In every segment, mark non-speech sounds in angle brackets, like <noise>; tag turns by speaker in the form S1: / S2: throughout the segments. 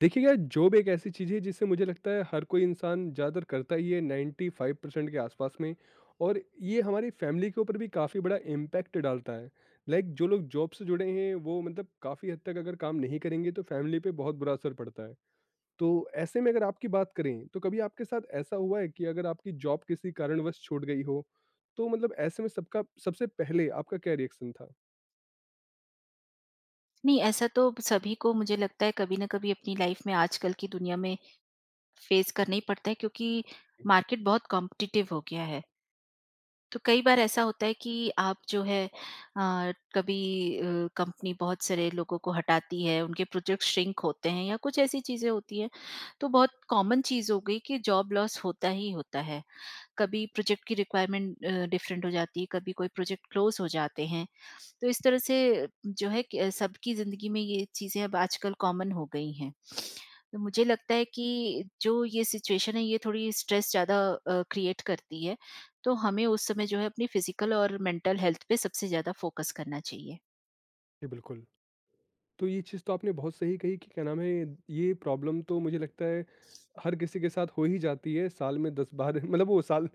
S1: देखिए यार जॉब एक ऐसी चीज़ है जिससे मुझे लगता है हर कोई इंसान ज़्यादातर करता ही है 95% परसेंट के आसपास में। और ये हमारी फैमिली के ऊपर भी काफ़ी बड़ा इम्पैक्ट डालता है। लाइक जो लोग जॉब से जुड़े हैं वो मतलब काफ़ी हद तक अगर काम नहीं करेंगे तो फैमिली पे बहुत बुरा असर पड़ता है। तो ऐसे में अगर आपकी बात करें तो कभी आपके साथ ऐसा हुआ है कि अगर आपकी जॉब किसी कारणवश छूट गई हो तो मतलब ऐसे में सबका सबसे पहले आपका क्या रिएक्शन था?
S2: नहीं, ऐसा तो सभी को मुझे लगता है कभी न कभी अपनी लाइफ में आजकल की दुनिया में फेस करना ही पड़ता है, क्योंकि मार्केट बहुत कॉम्पिटिटिव हो गया है। तो कई बार ऐसा होता है कि आप जो है कभी कंपनी बहुत सारे लोगों को हटाती है, उनके प्रोजेक्ट श्रिंक होते हैं या कुछ ऐसी चीज़ें होती हैं। तो बहुत कॉमन चीज़ हो गई कि जॉब लॉस होता ही होता है। कभी प्रोजेक्ट की रिक्वायरमेंट डिफरेंट हो जाती है, कभी कोई प्रोजेक्ट क्लोज़ हो जाते हैं। तो इस तरह से जो है कि सबकी ज़िंदगी में ये चीज़ें अब आजकल कॉमन हो गई हैं। तो मुझे लगता है कि जो ये सिचुएशन है ये थोड़ी स्ट्रेस ज़्यादा क्रिएट करती है। तो हमें उस समय जो है अपनी फ़िज़िकल और मेंटल हेल्थ पे सबसे ज़्यादा फ़ोकस करना चाहिए।
S1: जी बिल्कुल। तो ये चीज़ तो आपने बहुत सही कही कि क्या नाम है, ये प्रॉब्लम तो मुझे लगता है हर किसी के साथ हो ही जाती है, साल में 10 बार <laughs> मतलब वो साल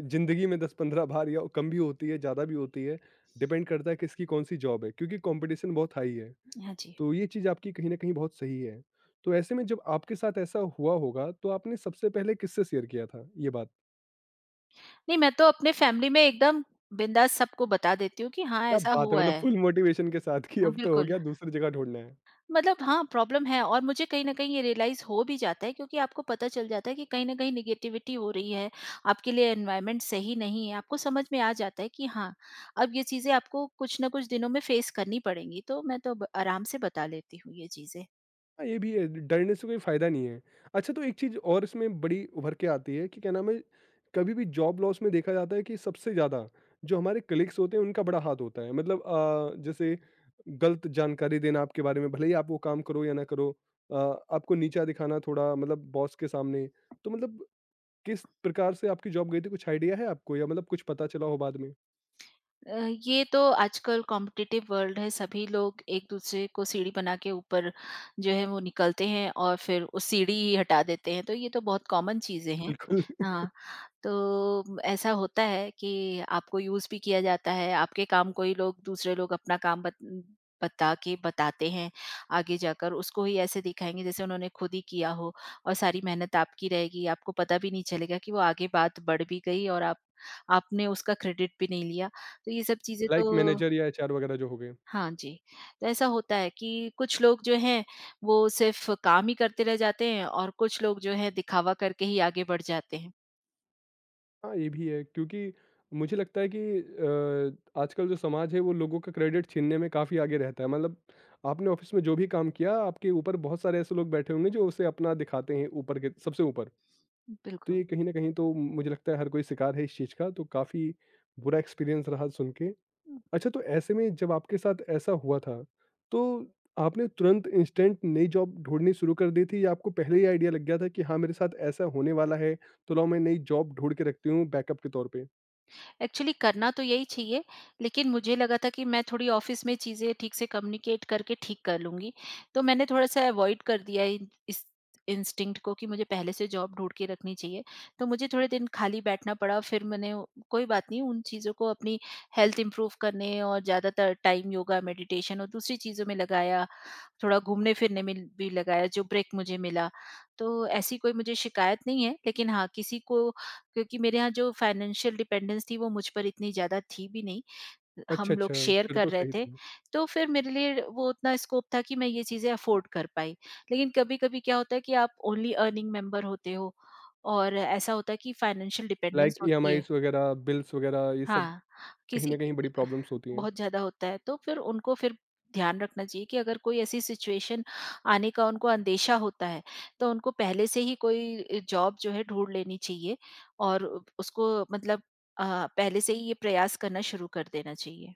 S1: ज़िंदगी में 10-15 बार या कम भी होती है, ज़्यादा भी होती है, डिपेंड करता है किसकी कौन-सी जॉब है क्योंकि कॉम्पिटिशन बहुत हाई है।
S2: हाँ जी।
S1: तो ये चीज़ आपकी कहीं न कहीं बहुत सही है। तो ऐसे में जब आपके साथ ऐसा हुआ होगा, तो आपने सबसे पहले किससे शेयर किया था ये बात?
S2: नहीं, मैं तो अपने फ़ैमिली में एकदम बिंदास सबको बता देती हूँ कि हाँ,
S1: क्या
S2: ऐसा
S1: बात है!
S2: हुआ
S1: मतलब
S2: है।
S1: फुल मोटिवेशन के साथ कि
S2: हाँ,
S1: अब तो हो
S2: बिल्कुल।
S1: गया, दूसरी जगह ढूँढना है।
S2: मतलब हाँ, प्रॉब्लम है और मुझे कहीं न कहीं ये रियलाइज़ हो भी जाता है, क्योंकि आपको पता चल जाता है कि कहीं न कहीं नेगेटिविटी हो रही है, आपके लिए एनवायरनमेंट सही नहीं है, आपको समझ में आ जाता है कि हाँ, अब ये चीज़ें आपको कुछ न कुछ दिनों में फेस करनी पड़ेंगी, तो मैं तो ब आराम से बता लेती हूँ ये चीज़ें।
S1: हाँ, ये भी है, डरने से कोई फ़ायदा नहीं है। अच्छा तो एक चीज़ और इसमें बड़ी उभर के आती है कि क्या नाम है, कभी भी जॉब लॉस में देखा जाता है कि सबसे ज़्यादा जो हमारे कलीग्स होते हैं उनका बड़ा हाथ होता है। मतलब जैसे गलत जानकारी देना आपके बारे में, भले ही आप वो काम करो या ना करो। आपको नीचा दिखाना थोड़ा मतलब बॉस के सामने। तो मतलब किस प्रकार से आपकी जॉब गई थी, कुछ आइडिया है आपको या मतलब कुछ पता चला हो बाद में?
S2: अ, ये तो आजकल कॉम्पिटिटिव वर्ल्ड है, सभी लोग एक-दूसरे को सीढ़ी बना के ऊपर जो है वो निकलते हैं और फिर वो सीढ़ी ही हटा देते हैं, तो ये तो बहुत कॉमन चीज़ें हैं।
S1: बिल्कुल। <laughs>
S2: हाँ, तो ऐसा होता है कि आपको यूज़ भी किया जाता है, आपके काम को ही लोग दूसरे लोग अपना काम बत बता के बताते हैं, आगे जाकर उसको ही ऐसे दिखाएँगे जैसे उन्होंने खुद ही किया हो और सारी मेहनत आपकी रहेगी, आपको पता भी नहीं चलेगा कि वो आगे बात बढ़ भी गई और आप आपने उसका क्रेडिट भी नहीं लिया। तो ये सब चीज़ें तो।
S1: लाइक मैनेजर या एचआर वगैरह जो हो गए?
S2: हाँ जी। तो ऐसा होता है कि कुछ लोग जो हैं वो सिर्फ़ काम ही करते रह जाते हैं और कुछ लोग जो हैं दिखावा करके ही आगे बढ़ जाते हैं।
S1: हाँ, ये भी है क्योंकि मुझे लगता है कि आजकल जो समाज है वो लोगों का क्रेडिट छीनने में काफ़ी आगे रहता है। मतलब आपने ऑफ़िस में जो भी काम किया, आपके ऊपर बहुत सारे ऐसे लोग बैठे होंगे जो उसे अपना दिखाते हैं ऊपर के सबसे ऊपर। तो
S2: बिल्कुल।
S1: ये कहीं न कहीं तो मुझे लगता है हर कोई शिकार है इस चीज़ का, तो काफ़ी बुरा एक्सपीरियंस रहा सुन के। अच्छा तो ऐसे में जब आपके साथ ऐसा हुआ था, तो आपने तुरंत इंस्टेंट नई जॉब ढूँढनी शुरू कर दी थी या आपको पहले ही आइडिया लग गया था कि हाँ, मेरे साथ ऐसा होने वाला है, तो लाओ मैं नई जॉब ढूँढ के रखती हूँ बैकअप के तौर पे?
S2: एक्चुअली करना तो यही चाहिए, लेकिन मुझे लगा था कि मैं थोड़ी ऑफ़िस में चीज़ें ठीक से कम्युनिकेट करके ठीक कर लूँगी। तो मैंने थोड़ा-सा अवॉइड कर दिया इन इस इंस्टिंक्ट को कि मुझे पहले से जॉब ढूँढ के रखनी चाहिए। तो मुझे थोड़े दिन खाली बैठना पड़ा, फिर मैंने कोई बात नहीं, उन चीज़ों को अपनी हेल्थ इम्प्रूव करने और ज़्यादातर टाइम योगा, मेडिटेशन और दूसरी चीज़ों में लगाया। थोड़ा घूमने-फिरने में भी लगाया जो ब्रेक मुझे मिला। तो ऐसी कोई मुझे शिकायत नहीं है, लेकिन हाँ, किसी को, क्योंकि मेरे यहाँ जो फाइनेंशियल डिपेंडेंस थी वो मुझ पर इतनी ज़्यादा थी भी नहीं।
S1: अच्छा,
S2: हम
S1: अच्छा,
S2: लोग शेयर
S1: फिर
S2: कर
S1: तो
S2: रहे
S1: सही
S2: थे,
S1: था।
S2: तो फिर मेरे लिए वो उतना स्कोप था कि मैं ये चीज़ें अफ़ोर्ड कर पाई। लेकिन कभी-कभी क्या होता है कि आप ओनली अर्निंग मेंबर होते हो और ऐसा होता है कि फाइनेंशियल
S1: लाइक
S2: डिपेंडेंस होती है।
S1: ईएमआईज़ वगैरह, बिल्स वगैरह ये सब
S2: हाँ,
S1: कहीं
S2: किसी
S1: न कहीं बड़ी प्रॉब्लम्स होती हैं।
S2: बहुत ज़्यादा होता है तो फिर उनको फिर ध्यान रखना चाहिए कि अगर कोई ऐसी सिचुएशन आने का उनको अंदेशा होता है तो उनको पहले से ही कोई जॉब जो है ढूंढ लेनी चाहिए और उसको मतलब पहले से ही ये प्रयास करना शुरू कर देना चाहिए।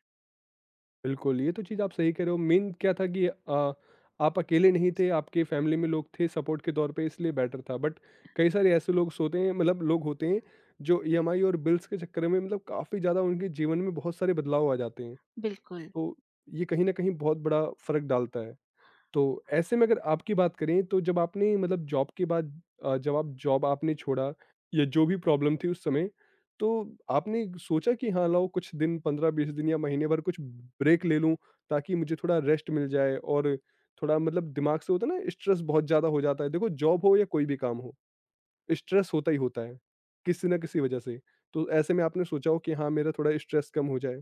S1: बिल्कुल, ये तो चीज़ आप सही कह रहे हो। मेन क्या था कि आप अकेले नहीं थे, आपके फैमिली में लोग थे सपोर्ट के तौर पे इसलिए बेटर था। बट कई सारे ऐसे लोग सोते हैं मतलब लोग होते हैं जो ईएमआई और बिल्स के चक्कर में मतलब काफ़ी ज़्यादा उनके जीवन में बहुत सारे बदलाव आ जाते हैं।
S2: बिल्कुल।
S1: तो ये कहीं न कहीं बहुत बड़ा फ़र्क डालता है। तो ऐसे में अगर आपकी बात करें तो जब आपने मतलब जॉब के बाद जब आप जॉब आपने छोड़ा या जो भी प्रॉब्लम थी उस समय, तो आपने सोचा कि हाँ लाओ कुछ दिन 15-20 दिन या महीने भर कुछ ब्रेक ले लूँ ताकि मुझे थोड़ा रेस्ट मिल जाए और थोड़ा मतलब दिमाग से होता है ना, स्ट्रेस बहुत ज़्यादा हो जाता है। देखो जॉब हो या कोई भी काम हो, स्ट्रेस होता ही होता है, किसी ना किसी वजह से। तो ऐसे में आपने सोचा हो कि हाँ मेरा थोड़ा स्ट्रेस कम हो जाए।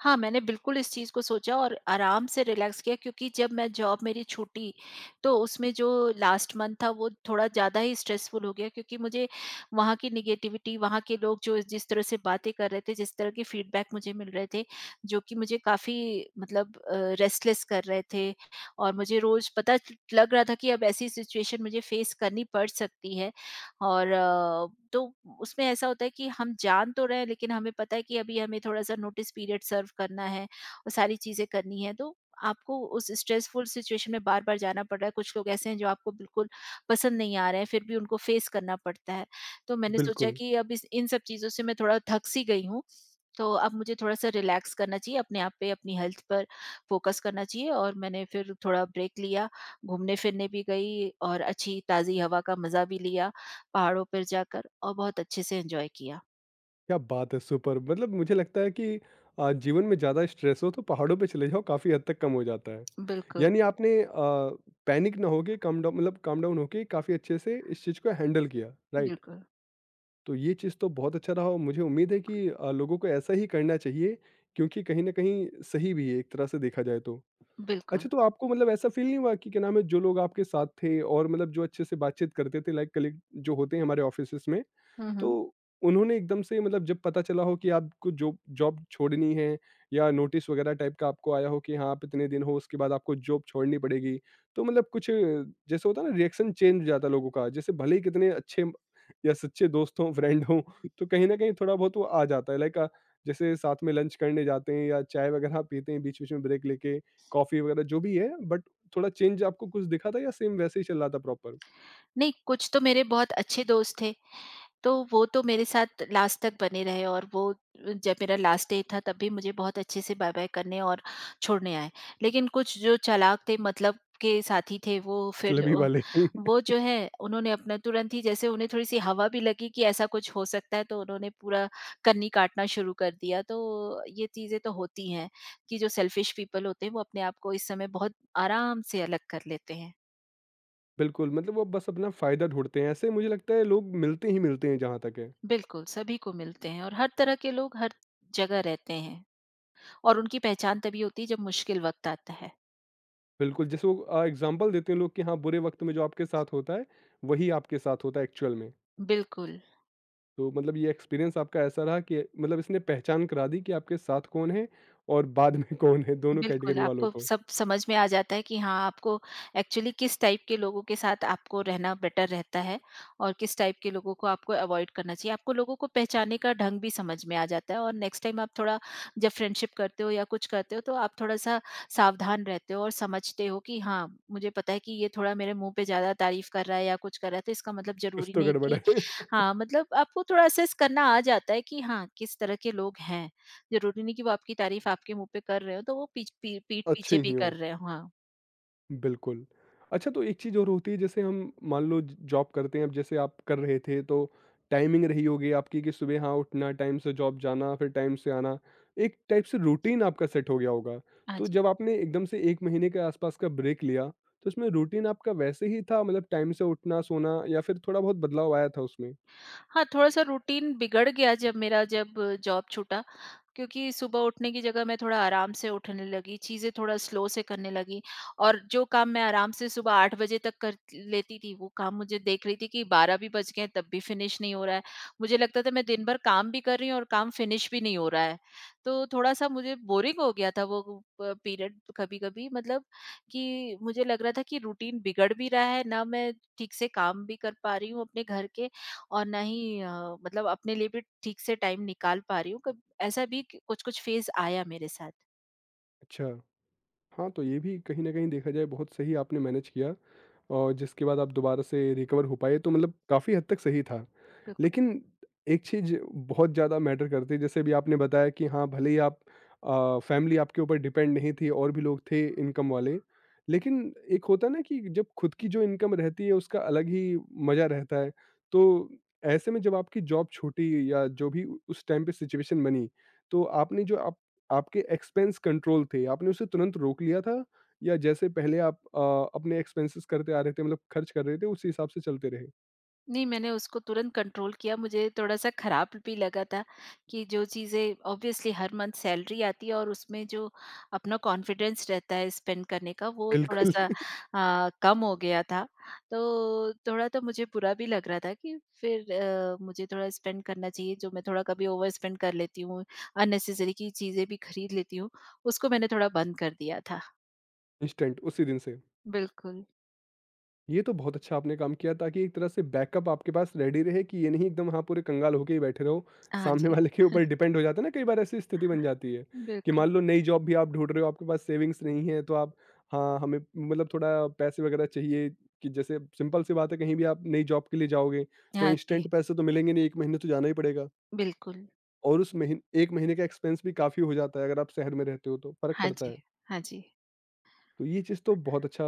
S2: हाँ, मैंने बिल्कुल इस चीज़ को सोचा और आराम से रिलैक्स किया, क्योंकि जब मैं जॉब मेरी छूटी, तो उसमें जो लास्ट मंथ था वो थोड़ा ज़्यादा ही स्ट्रेसफुल हो गया, क्योंकि मुझे वहाँ की नेगेटिविटी, वहाँ के लोग जो जिस तरह से बातें कर रहे थे, जिस तरह के फीडबैक मुझे मिल रहे थे, जो कि मुझे काफ़ी मतलब रेस्टलेस कर रहे थे और मुझे रोज़ पता लग रहा था कि अब ऐसी सिचुएशन मुझे फेस करनी पड़ सकती है। और तो उसमें ऐसा होता है कि हम जान तो रहे हैं, लेकिन हमें पता है कि अभी हमें थोड़ा-सा नोटिस पीरियड सर्व करना है और सारी चीज़ें करनी है, तो आपको उस स्ट्रेसफुल सिचुएशन में बार-बार जाना पड़ रहा है। कुछ लोग ऐसे हैं जो आपको बिल्कुल पसंद नहीं आ रहे हैं, फिर भी उनको फेस करना पड़ता है। तो मैंने सोचा
S1: बिल्कुल।
S2: कि अब इस इन सब चीज़ों से मैं थोड़ा थक-सी गई हूँ, तो अब मुझे थोड़ा-सा रिलैक्स करना चाहिए, अपने आप पे, अपनी हेल्थ पर फ़ोकस करना चाहिए और मैंने फिर थोड़ा ब्रेक लिया, घूमने-फिरने भी गई और अच्छी ताज़ी हवा का मज़ा भी लिया, पहाड़ों पर जाकर और बहुत अच्छे से एन्जॉय किया।
S1: क्या बात है! सुपर मतलब मुझे लगता है कि जीवन में ज़्यादा स्ट्रेस हो तो पहाड़ों पे चले जाओ काफ़ी हद तक कम हो जाता है।
S2: बिल्कुल,
S1: यानी आपने पैनिक ना होके काम डाउन मतलब काम डाउन होके काफ़ी अच्छे से इस चीज़ को हैंडल किया, राइट?
S2: बिल्कुल,
S1: तो ये चीज़ तो बहुत अच्छा रहा और मुझे उम्मीद है कि लोगों को ऐसा ही करना चाहिए क्योंकि कहीं न कहीं सही भी है एक तरह से देखा जाए तो।
S2: बिल्कुल।
S1: अच्छा तो आपको मतलब ऐसा फ़ील नहीं हुआ कि क्या नाम है, जो लोग आपके साथ थे और मतलब जो अच्छे से बातचीत करते थे लाइक कलीग जो होते हैं हमारे ऑफिसेज़ में,
S2: हुँ,
S1: तो
S2: हुँ।
S1: उन्होंने एकदम से मतलब जब पता चला हो कि आपको जॉब जॉब छोड़नी है या नोटिस वगैरह टाइप का आपको आया हो कि हाँ आप इतने दिन हो उसके बाद आपको जॉब छोड़नी पड़ेगी, तो मतलब कुछ जैसे होता है ना रिएक्शन चेंज हो जाता है लोगों का, जैसे भले ही कितने अच्छे या सच्चे दोस्त हों फ्रेंड हों <laughs> तो कहीं ना कहीं थोड़ा बहुत वो आ जाता है लाइक जैसे साथ में लंच करने जाते हैं या चाय वगैरह पीते हैं बीच बीच में ब्रेक लेके कॉफी वगैरह जो भी है, बट थोड़ा चेंज आपको कुछ दिखा था या सेम वैसे ही चल रहा था प्रॉपर?
S2: नहीं, कुछ तो मेरे बहुत अच्छे दोस्त थे। तो वो तो मेरे साथ लास्ट तक बने रहे और वो जब मेरा लास्ट डे था तब भी मुझे बहुत अच्छे से बाय-बाय करने और छोड़ने आए। लेकिन कुछ जो चालाक थे मतलब के साथी थे, वो फिर
S1: मतलबी वाले।
S2: वो
S1: <laughs>
S2: जो है उन्होंने अपना तुरंत ही जैसे उन्हें थोड़ी-सी हवा भी लगी कि ऐसा कुछ हो सकता है, तो उन्होंने पूरा कन्नी काटना शुरू कर दिया। तो ये चीज़ें तो होती हैं कि जो सेल्फिश पीपल होते हैं वो अपने आप को इस समय बहुत आराम से अलग कर लेते हैं।
S1: बिल्कुल, मतलब वो बस अपना फ़ायदा ढूँढते हैं, ऐसे मुझे लगता है लोग मिलते ही मिलते हैं जहाँ तक है।
S2: बिल्कुल, सभी को मिलते हैं और हर तरह के लोग हर जगह रहते हैं। और उनकी पहचान तभी होती है जब मुश्किल वक़्त आता है।
S1: बिल्कुल, जैसे वो एग्ज़ाम्पल देते हैं लोग कि हाँ, बुरे वक़्त में जो आपके साथ होता है, वही आपके साथ होता है एक्चुअल में।
S2: बिल्कुल,
S1: तो मतलब ये एक्सपीरियंस आपका ऐसा रहा कि मतलब इसने पहचान करा दी कि आपके साथ कौन है और बाद में कौन है, दोनों
S2: बिल्कुल,
S1: कैटेगरी वालों
S2: आपको
S1: को।
S2: सब समझ में आ जाता है कि हाँ, आपको एक्चुअली किस टाइप के लोगों के साथ आपको रहना बेटर रहता है और किस टाइप के लोगों को आपको अवॉइड करना चाहिए। आपको लोगों को पहचानने का ढंग भी समझ में आ जाता है और नेक्स्ट टाइम आप थोड़ा जब फ्रेंडशिप करते हो या कुछ करते हो, तो आप थोड़ा-सा सावधान रहते हो और समझते हो कि हाँ, मुझे पता है कि ये थोड़ा मेरे मुँह पे ज़्यादा तारीफ़ कर रहा है या कुछ कर रहा है, तो इसका मतलब
S1: कुछ
S2: ज़रूरी
S1: तो
S2: नहीं
S1: गड़बड़
S2: कि
S1: है। <laughs>
S2: हाँ, मतलब आपको थोड़ा असेस करना आ जाता है कि हाँ, किस तरह के लोग हैं। ज़रूरी नहीं कि वो आपकी तारीफ़ आपके मुँह पे कर रहे हों, तो वो पीछ पी पीठ
S1: अच्छे
S2: पीछे भी
S1: ही
S2: कर
S1: हों।
S2: रहे हों। हाँ।
S1: बिल्कुल। अच्छा तो एक चीज़ और होती है, जैसे हम मान लो ज जॉब करते हैं, अब जैसे आप कर रहे थे तो टाइमिंग रही होगी आपकी कि सुबह हाँ, उठना, टाइम से जॉब जाना, फिर टाइम से आना। एक टाइप से रूटीन आपका सेट हो गया होगा।
S2: हाँ
S1: तो
S2: जी।
S1: जब आपने एकदम से 1 महीने के आसपास का ब्रेक लिया, तो उसमें रूटीन आपका वैसे ही था मतलब टाइम से उठना, सोना या फिर थोड़ा-बहुत बदलाव आया था उसमें?
S2: हाँ, थोड़ा-सा रूटीन बिगड़ गया जब जॉब छूटा, क्योंकि सुबह उठने की जगह मैं थोड़ा आराम से उठने लगी, चीज़ें थोड़ा स्लो से करने लगी और जो काम मैं आराम से सुबह 8 बजे तक कर लेती थी, वो काम मुझे देख रही थी कि 12 भी बज गए हैं, तब भी फिनिश नहीं हो रहा है। मुझे लगता था मैं दिन भर काम भी कर रही हूँ और काम फिनिश भी नहीं हो रहा है। तो थोड़ा-सा मुझे बोरिंग हो गया था वो प पीरियड कभी-कभी मतलब कि मुझे लग रहा था कि रूटीन बिगड़ भी रहा है, ना मैं ठीक से काम भी कर पा रही हूँ अपने घर के और ना ही मतलब अपने लिए भी ठीक से टाइम निकाल पा रही हूँ। कब ऐसा भी कुछ-कुछ फेज़ आया मेरे साथ।
S1: अच्छा। हाँ, तो ये भी कहीं न कहीं देखा जाए बहुत सही आपने मैनेज किया और जिसके बाद आप दोबारा से रिकवर हो पाए तो मतलब काफ़ी हद तक सही था।
S2: बिल्कुल।
S1: लेकिन एक चीज़ बहुत ज़्यादा मैटर करती है, जैसे अभी आपने बताया कि हाँ, भले ही आप फैमिली आपके ऊपर डिपेंड नहीं थी और भी लोग थे इनकम वाले। लेकिन एक होता है ना कि जब खुद की जो इनकम रहती है उसका अलग ही मज़ा रहता है। तो ऐसे में जब आपकी जॉब छूटी या जो भी उ उस टाइम पे सिचुएशन बनी, तो आपने जो आप आपके एक्सपेंस कंट्रोल थे, आपने उसे तुरंत रोक लिया था या जैसे पहले आप अपने एक्सपेंसेस करते आ रहे थे मतलब खर्च कर रहे थे उसी हिसाब से चलते रहे?
S2: नहीं, मैंने उसको तुरंत कंट्रोल किया, मुझे थोड़ा-सा खराब भी लगा था कि जो चीज़ें ऑब्वियसली हर मंथ सैलरी आती है और उसमें जो अपना कॉन्फिडेंस रहता है स्पेंड करने का, वो
S1: बिल्कुल।
S2: थोड़ा-सा
S1: <laughs>
S2: कम हो गया था। तो थोड़ा तो मुझे बुरा भी लग रहा था कि फिर मुझे थोड़ा स्पेंड करना चाहिए, जो मैं थोड़ा कभी ओवर स्पेंड कर लेती हूँ, अननेसेसरी की चीज़ें भी खरीद लेती हूँ, उसको मैंने थोड़ा बंद कर दिया था।
S1: इंस्टेंट उसी दिन से?
S2: बिल्कुल।
S1: ये तो बहुत अच्छा आपने काम किया ताकि एक तरह से बैकअप आपके पास रेडी रहे कि ये नहीं एकदम हाँ पूरे कंगाल होके ही बैठे रहो।
S2: हाँ
S1: सामने
S2: जी,
S1: वाले के ऊपर डिपेंड हो जाता है ना, कई बार ऐसी स्थिति बन जाती है कि
S2: बिल्कुल।
S1: मान लो नई जॉब भी आप ढूंढ रहे हो, आपके पास सेविंग्स नहीं है तो आप, हाँ हमें मतलब थोड़ा पैसे वगैरह चाहिए, कि जैसे सिंपल सी बात है कहीं भी आप नई जॉब के लिए जाओगे तो
S2: हाँ जी,
S1: इंस्टेंट पैसे तो मिलेंगे नहीं, एक महीने तो जाना ही पड़ेगा।
S2: बिल्कुल।
S1: और उस महीने एक महीने का एक्सपेंस भी काफ़ी हो जाता है, अगर आप शहर में रहते हो तो फर्क
S2: हाँ
S1: पड़ता
S2: जी,
S1: है।
S2: हाँ जी।
S1: तो ये चीज़ तो बहुत अच्छा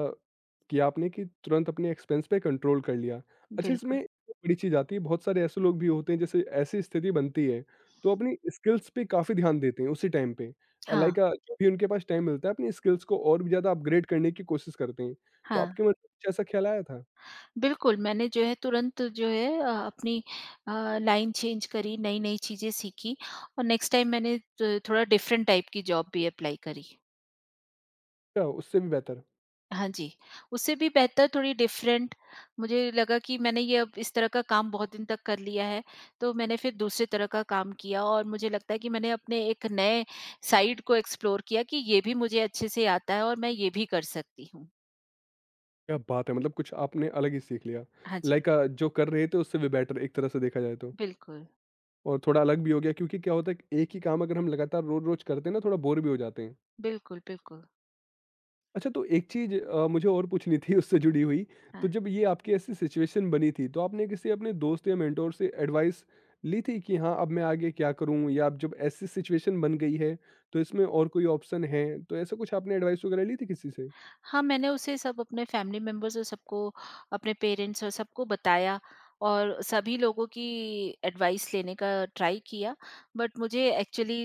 S1: किया आपने कि तुरंत अपने एक्सपेंस पे कंट्रोल कर लिया। अच्छा
S2: बिल्कुल,
S1: इसमें एक बड़ी चीज़ आती है, बहुत सारे ऐसे लोग भी होते हैं जैसे ऐसी स्थिति बनती है, तो अपनी स्किल्स पे काफ़ी ध्यान देते हैं उसी टाइम पे।
S2: हाँ,
S1: लाइक जो भी उनके पास टाइम मिलता है अपनी स्किल्स को और भी ज़्यादा अपग्रेड करने की कोशिश करते हैं। तो आपके
S2: हाँ।
S1: मन में कुछ ऐसा ख्याल आया था?
S2: बिल्कुल, मैंने जो है तुरंत जो है अपनी लाइन चेंज करी, नई-नई चीज़ें सीखी और नेक्स्ट टाइम मैंने त थोड़ा डिफरेंट टाइप की जॉब भी अप्लाई करी।
S1: क्या उससे भी बेहतर?
S2: हाँ जी, उससे भी बेहतर, थोड़ी डिफरेंट, मुझे लगा कि मैंने ये अब इस तरह का काम बहुत दिन तक कर लिया है, तो मैंने फिर दूसरे तरह का काम किया और मुझे लगता है कि मैंने अपने एक नए साइड को एक्सप्लोर किया कि ये भी मुझे अच्छे से आता है और मैं ये भी कर सकती हूँ।
S1: क्या बात है! मतलब कुछ आपने अलग ही सीख लिया।
S2: हाँ जी,
S1: लाइक जो कर रहे थे उससे भी बेटर एक तरह से देखा जाए तो।
S2: बिल्कुल,
S1: और थोड़ा अलग भी हो गया क्योंकि क्या होता है कि एक ही काम अगर हम लगातार रोज़-रोज़ करते हैं ना, थोड़ा बोर भी हो जाते हैं।
S2: बिल्कुल, बिल्कुल।
S1: अच्छा तो एक चीज़ मुझे और पूछनी थी उससे जुड़ी हुई। तो
S2: हाँ।
S1: जब ये आपकी ऐसी सिचुएशन बनी थी तो आपने किसी अपने दोस्त या मेंटोर से एडवाइस ली थी कि हाँ, अब मैं आगे क्या करूँ? या अब जब ऐसी सिचुएशन बन गई है तो इसमें और कोई ऑप्शन है? तो ऐसा कुछ आपने एडवाइस वगैरह ली थी किसी से?
S2: हाँ, मैंने उसे सब अपने फैमिली मेंबर्स और सबको, अपने पेरेंट्स और सबको बताया और सभी लोगों की एडवाइस लेने का ट्राई किया। बट मुझे एक्चुअली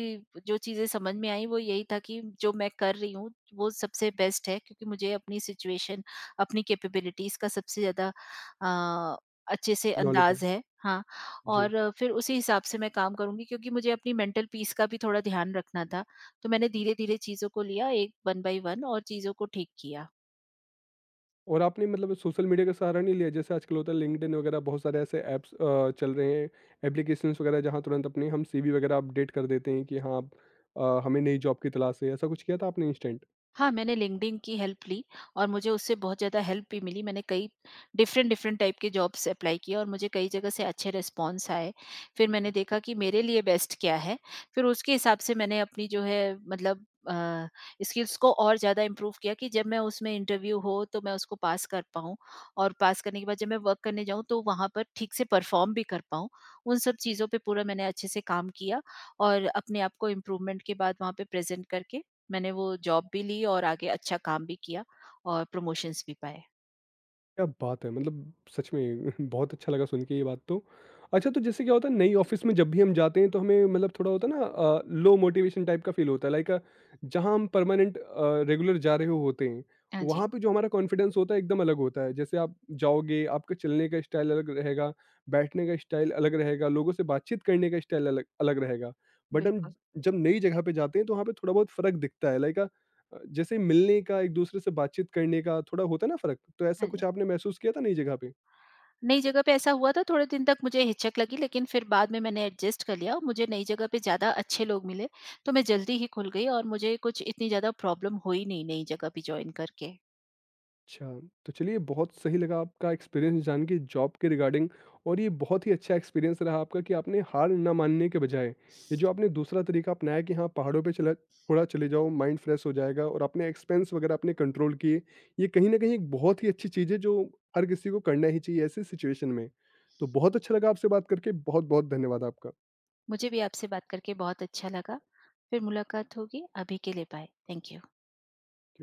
S2: जो चीज़ें समझ में आई वो यही था कि जो मैं कर रही हूँ वो सबसे बेस्ट है, क्योंकि मुझे अपनी सिचुएशन, अपनी कैपेबिलिटीज़ का सबसे ज़्यादा अ, अच्छे से
S1: नॉलेज है।
S2: अंदाज़ है। हाँ,
S1: जी।
S2: और फिर उसी हिसाब से मैं काम करूँगी, क्योंकि मुझे अपनी मेंटल पीस का भी थोड़ा ध्यान रखना था। तो मैंने धीरे-धीरे चीज़ों को लिया एक वन बाय वन और चीज़ों को ठीक किया।
S1: और आपने मतलब सोशल मीडिया का सहारा नहीं लिया? जैसे आजकल होता है लिंक्डइन वगैरह बहुत सारे ऐसे ऐप्स चल रहे हैं, एप्लीकेशंस वगैरह जहाँ तुरंत अपने हम सीवी वगैरह अपडेट कर देते हैं कि हाँ, अब हमें नई जॉब की तलाश है। ऐसा कुछ किया था आपने इंस्टेंट?
S2: हाँ, मैंने लिंक्डइन की हेल्प ली और मुझे उससे बहुत ज़्यादा हेल्प भी मिली। मैंने कई डिफ़रेंट डिफ़रेंट टाइप के जॉब्स अप्लाई किए और मुझे कई जगह से अच्छे रिस्पॉन्स आए। फिर मैंने देखा कि मेरे लिए बेस्ट क्या है, फिर उसके हिसाब से मैंने अपनी जो है मतलब अ, स्किल्स को और ज़्यादा इम्प्रूव किया कि जब मैं उसमें इंटरव्यू हो तो मैं उसको पास कर पाऊँ और पास करने के बाद जब मैं वर्क करने जाऊँ तो वहाँ पर ठीक से परफ़ॉर्म भी कर पाऊँ। उन सब चीज़ों पे पूरा मैंने अच्छे से काम किया और अपने आप को इम्प्रूवमेंट के बाद वहाँ पे प्रेज़ेंट करके मैंने वो जॉब भी ली और आगे अच्छा काम भी किया और प्रमोशंस भी पाए।
S1: क्या बात है! मतलब सच में <laughs> बहुत अच्छा लगा सुन के ये बात तो। अच्छा तो जैसे क्या होता है नई ऑफ़िस में जब भी हम जाते हैं तो हमें मतलब थोड़ा होता है ना लो मोटिवेशन टाइप का फ़ील होता है लाइक जहाँ हम परमानेंट रेगुलर जा रहे हो होते हैं,
S2: हाँ जी,
S1: वहाँ पे जो हमारा कॉन्फिडेंस होता है एकदम अलग होता है। जैसे आप जाओगे, आपका चलने का स्टाइल अलग रहेगा, बैठने का स्टाइल अलग रहेगा, लोगों से बातचीत करने का स्टाइल अलग अलग रहेगा। बट
S2: बिल्कुल।
S1: जब नई जगह पे जाते हैं तो वहाँ पे थोड़ा बहुत फ़र्क दिखता है, लाइक जैसे मिलने का, एक-दूसरे से बातचीत करने का थोड़ा होता है ना फ़र्क, तो ऐसा
S2: हाँ जी।
S1: कुछ आपने महसूस किया था नई जगह पे?
S2: नई जगह पे ऐसा हुआ था, थोड़े दिन तक मुझे हिचक लगी लेकिन फिर बाद में मैंने एडजस्ट कर लिया और मुझे नई जगह पे ज़्यादा अच्छे लोग मिले, तो मैं जल्दी ही खुल गई और मुझे कुछ इतनी ज़्यादा प्रॉब्लम हुई नहीं नई जगह पे जॉइन करके।
S1: अच्छा, तो चलिए बहुत सही लगा आपका एक्सपीरियंस जान के जॉब के रिगार्डिंग और ये बहुत ही अच्छा एक्सपीरियंस रहा आपका कि आपने हार ना मानने के बजाय, ये जो आपने दूसरा तरीका अपनाया कि हाँ, पहाड़ों पे चला थोड़ा चले जाओ, माइंड फ्रेश हो जाएगा और अपने एक्सपेंस वगैरह आपने कंट्रोल किए। ये कहीं न कहीं एक बहुत ही अच्छी चीज़ है जो हर किसी को करना ही चाहिए ऐसी सिचुएशन में। तो बहुत अच्छा लगा आपसे बात करके, बहुत-बहुत धन्यवाद आपका।
S2: मुझे भी आपसे बात करके बहुत अच्छा लगा। फिर मुलाकात होगी, अभी के लिए बाय। Thank you.